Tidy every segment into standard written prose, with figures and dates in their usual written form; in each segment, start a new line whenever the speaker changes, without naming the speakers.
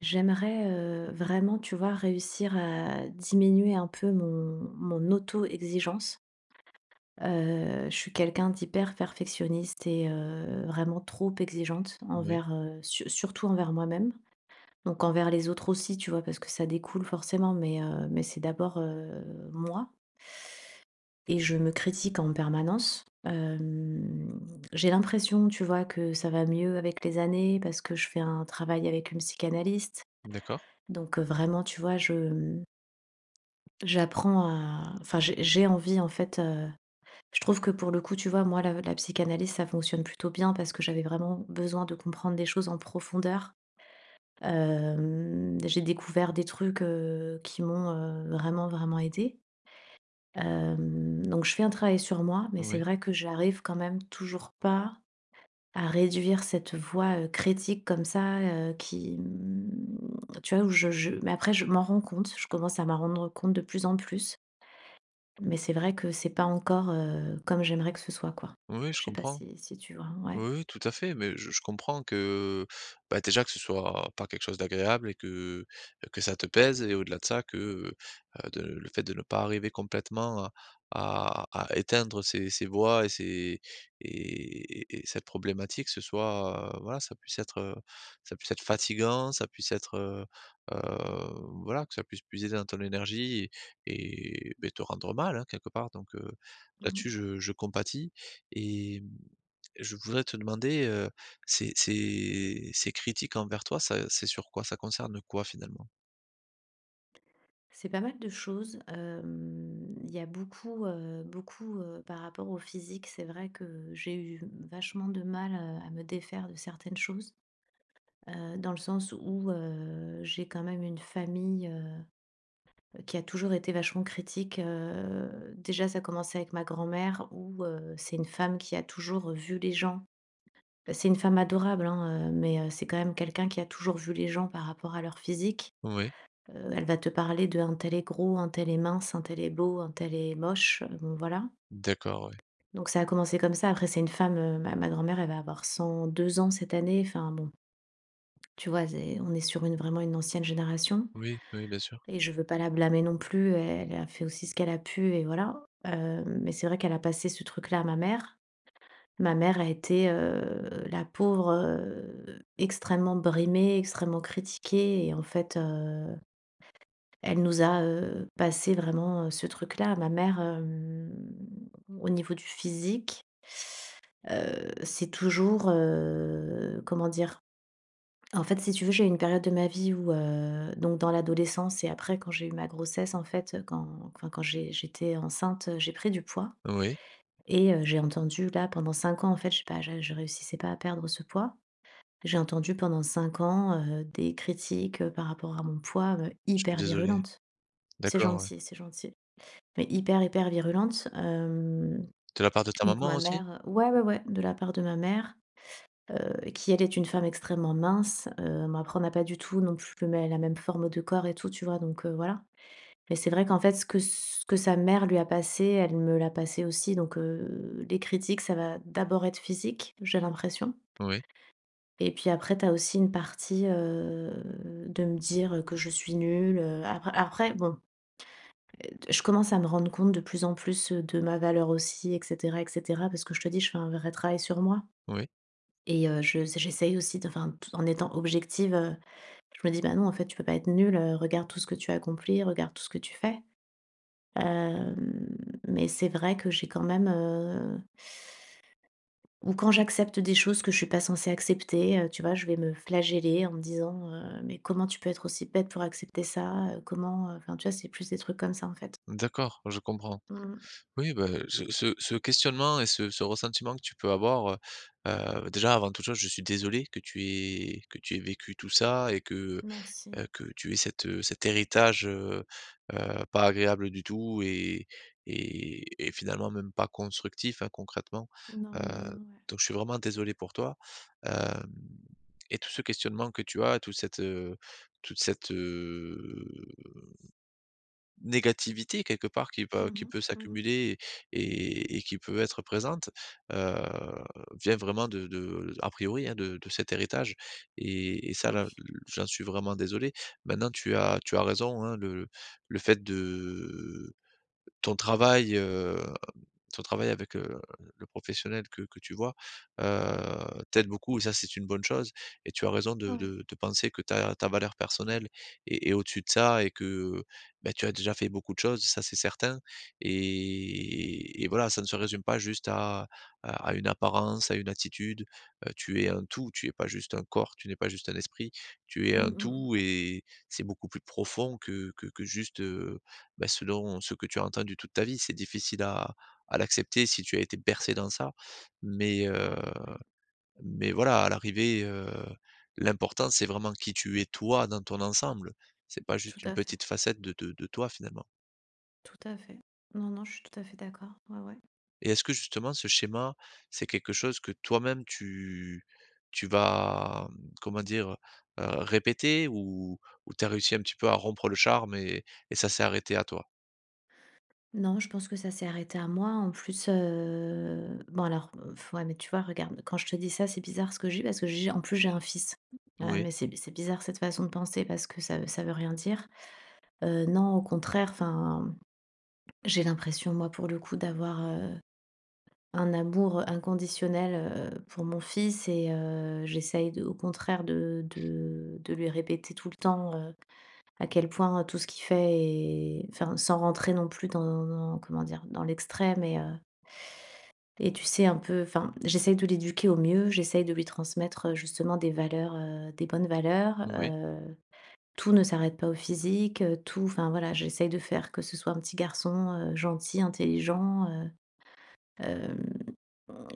J'aimerais, vraiment, tu vois, réussir à diminuer un peu mon auto-exigence. Je suis quelqu'un d'hyper perfectionniste et vraiment trop exigeante
Oui,
envers, su surtout envers moi-même. Donc envers les autres aussi, tu vois? Parce que ça découle forcément, mais c'est d'abord, moi, et je me critique en permanence. J'ai l'impression, tu vois, que ça va mieux avec les années parce que je fais un travail avec une psychanalyste.
d'accord,
Donc vraiment, tu vois, j'apprends à, enfin, j'ai envie, en fait, je trouve que pour le coup, tu vois, moi, la psychanalyse, ça fonctionne plutôt bien parce que j'avais vraiment besoin de comprendre des choses en profondeur. J'ai découvert des trucs, qui m'ont, vraiment, vraiment aidé Donc je fais un travail sur moi, mais c'est
oui.
vrai que j'arrive quand même toujours pas à réduire cette voix, critique comme ça, qui, tu vois, où je mais après je m'en rends compte, je commence à m'en rendre compte de plus en plus. Mais c'est vrai que c'est pas encore, comme j'aimerais que ce soit, quoi.
Oui, je
Je sais pas
comprends.
si, tu vois? Ouais.
Oui, oui, tout à fait, mais je comprends que, bah, déjà, que ce soit pas quelque chose d'agréable et que ça te pèse et au-delà de ça que, de le fait de ne pas arriver complètement à à éteindre ces voix et ces et cette problématique, ce soit, voilà, ça puisse être fatigant, ça puisse être, heu, voilà, que ça puisse puiser dans ton énergie et beh, te rendre mal, hein, quelque part donc
Mmh.
là-dessus je compatis et mmh, je voudrais te demander, ces critiques envers toi, ça c'est sur quoi? Ça concerne quoi finalement?
C'est pas mal de choses, il y a beaucoup, beaucoup, par rapport au physique. C'est vrai que j'ai eu vachement de mal, à me défaire de certaines choses, dans le sens où, j'ai quand même une famille, qui a toujours été vachement critique. Déjà, ça commençait avec ma grand-mère où, c'est une femme qui a toujours vu les gens. Bah, c'est une femme adorable, hein, mais c'est quand même quelqu'un qui a toujours vu les gens par rapport à leur physique.
Oui,
Elle va te parler de: «Un tel est gros, un tel est mince, un tel est beau, un tel est moche», bon, voilà.
d'accord, oui.
Donc ça a commencé comme ça. Après, c'est une femme, ma grand-mère, elle va avoir 102 ans cette année. Enfin bon, tu vois? C'est On est sur une, vraiment, une ancienne génération,
Oui, oui, bien sûr.
et je veux pas la blâmer non plus. Elle a fait aussi ce qu'elle a pu et voilà. Mais c'est vrai qu'elle a passé ce truc-là à ma mère. Ma mère a été, la pauvre, extrêmement brimée, extrêmement critiquée, et en fait, elle nous a, passé vraiment, ce truc-là. Ma mère, au niveau du physique, c'est toujours, comment dire? En fait, si tu veux, j'ai eu une période de ma vie où, donc dans l'adolescence et après quand j'ai eu ma grossesse, en fait, quand, enfin, quand j'étais enceinte, j'ai pris du poids
Oui,
et j'ai entendu, là, pendant 5 ans, en fait, je sais pas, je réussissais pas à perdre ce poids. J'ai entendu pendant 5 ans, des critiques, par rapport à mon poids,
je suis
hyper
désolé.
virulentes.
D'accord, oui.
C'est gentil, mais hyper, hyper virulentes,
De la part de ta
donc
maman
ma
aussi?
mère, ouais, ouais, ouais, de la part de ma mère, qui, elle, est une femme extrêmement mince. Bon après, on n'a pas du tout non plus le mê la même forme de corps et tout, tu vois? Donc, voilà. Mais c'est vrai qu'en fait ce que sa mère lui a passé, elle me l'a passé aussi. Donc, les critiques, ça va d'abord être physique, j'ai l'impression.
Oui,
Et puis après, tu as aussi une partie, de me dire que je suis nulle, après, bon, je commence à me rendre compte, de plus en plus, de ma valeur aussi, et cetera, et cetera, parce que, je te dis, je fais un vrai travail sur moi,
oui.
et je j'essaye aussi de, enfin, tout en étant objective, je me dis: «Bah non, en fait, tu peux pas être nulle, regarde tout ce que tu as accompli, regarde tout ce que tu fais.» Hem, mais c'est vrai que j'ai quand même, ou quand j'accepte des choses que je suis pas censée accepter, tu vois? Je vais me flageller en me disant, «Mais comment tu peux être aussi bête pour accepter ça? Comment?» Enfin, tu vois? C'est plus des trucs comme ça, en fait.
D'accord, je comprends.
Mmh,
Oui, bah, ce questionnement et ce ressentiment que tu peux avoir, déjà avant toute chose, je suis désolé que tu aies vécu tout ça et
merci.
que tu aies cette, cet héritage, pas agréable du tout et finalement même pas constructif, hein, concrètement.
Non,
Heu,
non, non, ouais.
donc je suis vraiment désolé pour toi, hem, et tout ce questionnement que tu as, toute cette, négativité quelque part qui va
Mmh
qui
mh,
peut
mmh.
s'accumuler et qui peut être présente, heu, vient vraiment de a priori, hein, de cet héritage et ça là,
Oui,
j'en suis vraiment désolé. Maintenant tu as raison, hein, le fait de ton travail, euh, ton travail avec, le professionnel que tu vois, t'aide beaucoup et ça, c'est une bonne chose et tu as raison de
ouais.
de penser que ta valeur personnelle est au-dessus de ça et que, ben tu as déjà fait beaucoup de choses, ça, c'est certain et voilà, ça ne se résume pas juste à à une apparence, à une attitude, tu es un tout, tu es pas juste un corps, tu n'es pas juste un esprit, tu es
Mmh
un
mh, mmh.
tout et c'est beaucoup plus profond que que juste, bah, selon ce que tu as entendu toute ta vie. C'est difficile à l'accepter si tu as été bercé dans ça. Mais, heu,
Ouais, ouais.
mais voilà, à l'arrivée, l'important, c'est vraiment qui tu es toi dans ton ensemble. C'est pas
Tout
juste une
à fait,
petite facette de de toi finalement.
tout à fait. Non, non, je suis tout à fait d'accord. Ouais, ouais.
Et est-ce que justement ce schéma, c'est quelque chose que toi-même tu tu vas, mmh, comment dire? Répéter ou tu as réussi un petit peu à rompre le charme et ça s'est arrêté à toi?
Non, je pense que ça s'est arrêté à moi. En plus, bon, alors, ouais, mais tu vois, regarde, quand je te dis ça, c'est bizarre ce que j'ai, parce que j'ai, en plus, j'ai un fils. Heu,
Oui,
mais c'est, bizarre, cette façon de penser, parce que ça, veut rien dire. Non, au contraire, enfin, j'ai l'impression, moi, pour le coup, d'avoir, un amour inconditionnel, pour mon fils, et j'essaye, de au contraire, de lui répéter tout le temps, à quel point tout ce qu'il fait est, enfin, sans rentrer non plus dans, comment dire, dans l'extrême. Et tu sais, un peu, enfin, j'essaye de l'éduquer au mieux, j'essaye de lui transmettre, justement, des valeurs, des bonnes valeurs,
oui,
tout ne s'arrête pas au physique, tout, enfin, voilà, j'essaye de faire que ce soit un petit garçon, gentil, intelligent, hem,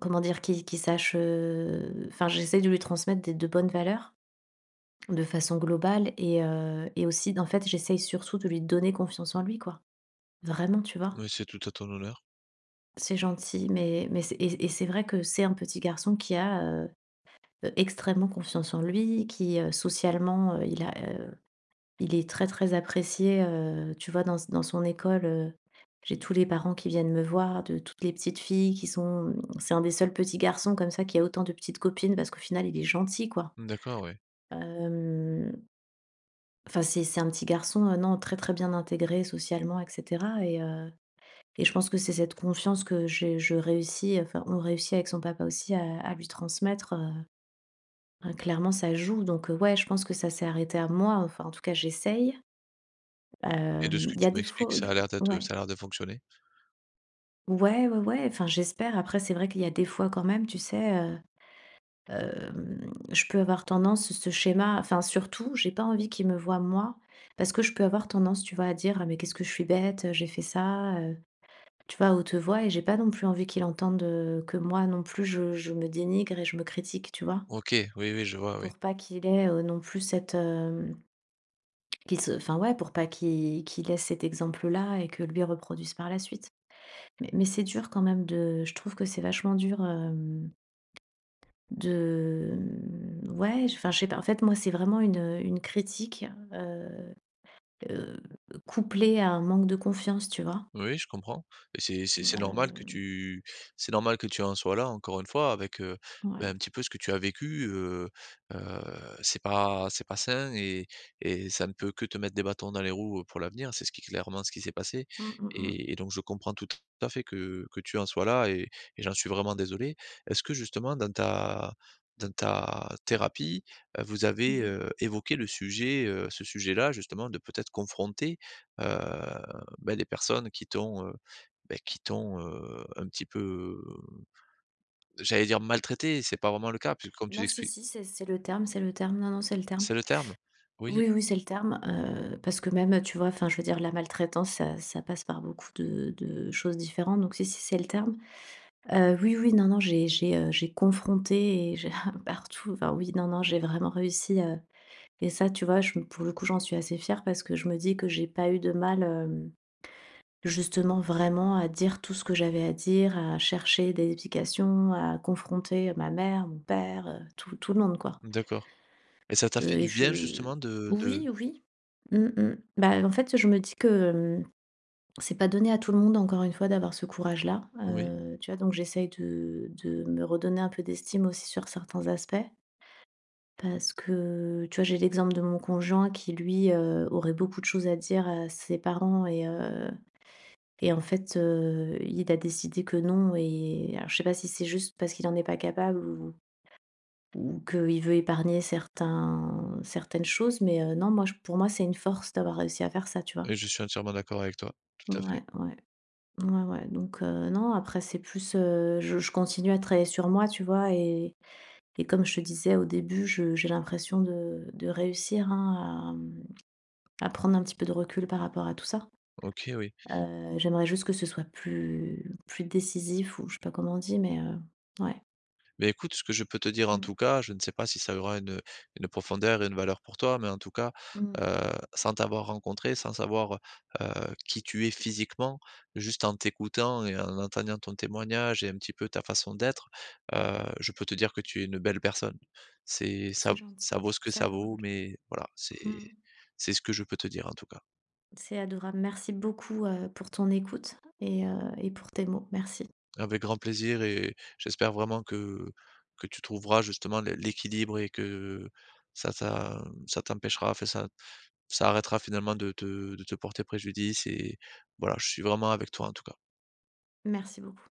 comment dire? Qui sache, enfin, j'essaye de lui transmettre des de bonnes valeurs, de façon globale, et aussi, en fait, j'essaye surtout de lui donner confiance en lui, quoi. Vraiment, tu vois?
mais c'est tout à ton honneur.
C'est gentil, mais c'est et c'est vrai que c'est un petit garçon qui a, extrêmement confiance en lui, qui, socialement, il a, il est très, très apprécié, tu vois, dans son école. J'ai tous les parents qui viennent me voir, de toutes les petites filles qui sont, c'est un des seuls petits garçons comme ça qui a autant de petites copines, parce qu'au final, il est gentil, quoi.
D'accord, oui.
Hem, enfin, c'est un petit garçon, non, très, très bien intégré socialement, et cetera, et et je pense que c'est cette confiance que j'ai je réussis, enfin, on réussit avec son papa aussi, à lui transmettre. Ah clairement, ça joue. Donc, ouais, je pense que ça s'est arrêté à moi, enfin, en tout cas, j'essaye.
Et de ce que
Il y a
tu
des
m'expliques,
fois,
ça a
il
l'air d'être,
ouais.
ça a l'air de fonctionner.
Ouais, ouais, ouais, enfin, j'espère. Après, c'est vrai qu'il y a des fois quand même, tu sais, je peux avoir tendance, ce schéma, enfin, surtout, j'ai pas envie qu'il me voie, moi, parce que je peux avoir tendance, tu vois, à dire: «Ah, mais qu'est-ce que je suis bête, j'ai fait ça», tu vois, à haute voix, et j'ai pas non plus envie qu'il entende, que moi non plus je, me dénigre et je me critique, tu vois?
OK, oui, oui, je vois, oui.
Pour pas qu'il ait, non plus cette, hem qu'il se enfin, ouais, pour pas qu'il, laisse cet exemple-là et que lui reproduise par la suite. Mais c'est dur quand même, de, je trouve que c'est vachement dur, de, mmh, ouais, je sais pas. En fait, moi, c'est vraiment une, critique, heu heu, couplée à un manque de confiance, tu vois?
Oui, je comprends et c'est normal que
Hem,
tu c'est normal que tu en sois là encore une fois avec, bah, un
ouais.
petit peu ce que tu as vécu, heu, c'est pas sain et ça ne peut que te mettre des bâtons dans les roues, pour l'avenir. C'est ce qui, clairement, ce qui s'est passé
Mmh, mmh
et donc je comprends tout à fait que tu en sois là et j'en suis vraiment désolé. Est-ce que justement dans ta thérapie, vous
mh.
avez,
Mmh.
évoqué le sujet, ce sujet-là justement de peut-être confronter, heu bah, des personnes qui t'ont, bah, qui t'ont, un petit peu, j'allais dire maltraité, c'est pas vraiment le cas puisque comme tu
Non, si,
l'expliques
si, c'est, le terme, c'est le terme. Non, non, c'est le terme.
c'est le terme? Oui?
Oui, oui, c'est le terme, parce que, même, tu vois, enfin, je veux dire, la maltraitance, ça, passe par beaucoup de choses différentes, donc si, si, c'est le terme. Oui, oui, non, non, j'ai confronté, et j'ai partout, enfin, oui, non, non, j'ai vraiment réussi, et ça, tu vois, je pour le coup, j'en suis assez fière, parce que je me dis que j'ai pas eu de mal, justement, vraiment, à dire tout ce que j'avais à dire, à chercher des explications, à confronter ma mère, mon père, tout le monde, quoi.
D'accord, et ça t'a fait du bien
Je
justement de
Oui, oui. Mmh mh. Bah, en fait, je me dis que, hem, c'est pas donné à tout le monde, encore une fois, d'avoir ce courage-là,
oui,
tu vois? Donc j'essaye de me redonner un peu d'estime aussi sur certains aspects, parce que, tu vois, j'ai l'exemple de mon conjoint qui, lui, aurait beaucoup de choses à dire à ses parents, et et en fait, il a décidé que non. Et alors, je sais pas si c'est juste parce qu'il en est pas capable, ou qu'il veut épargner certains, certaines choses, mais non, moi, je pour moi, c'est une force d'avoir réussi à faire ça, tu vois?
oui, je suis entièrement d'accord avec toi, tout à fait.
Ouais, ouais. Ouais, ouais, donc, non, après, c'est plus, je continue à travailler sur moi, tu vois? Et comme je te disais au début, je j'ai l'impression de réussir, hein, à prendre un petit peu de recul par rapport à tout ça.
OK, oui.
J'aimerais juste que ce soit plus, décisif, ou je sais pas comment on dit, mais ouais.
Mais écoute, ce que je peux te dire en
Mmh,
tout cas, je ne sais pas si ça aura une profondeur et une valeur pour toi, mais en tout cas,
mmh.
heu, sans t'avoir rencontré, sans savoir, heu, qui tu es physiquement, juste en t'écoutant et en entendant ton témoignage et un petit peu ta façon d'être, heu, je peux te dire que tu es une belle personne. C'est
C'est
ça, ça
gentil,
vaut ce que
c'est
ça vaut,
adorable.
mais voilà,
Mmh.
c'est ce que je peux te dire en tout cas.
C'est adorable. Merci beaucoup, pour ton écoute, et pour tes mots. Merci.
Avec grand plaisir et j'espère vraiment que tu trouveras justement l'é l'équilibre et que ça ça, ça t'empêchera, enfin ça ça arrêtera finalement de te porter préjudice et voilà, je suis vraiment avec toi en tout cas.
Merci beaucoup.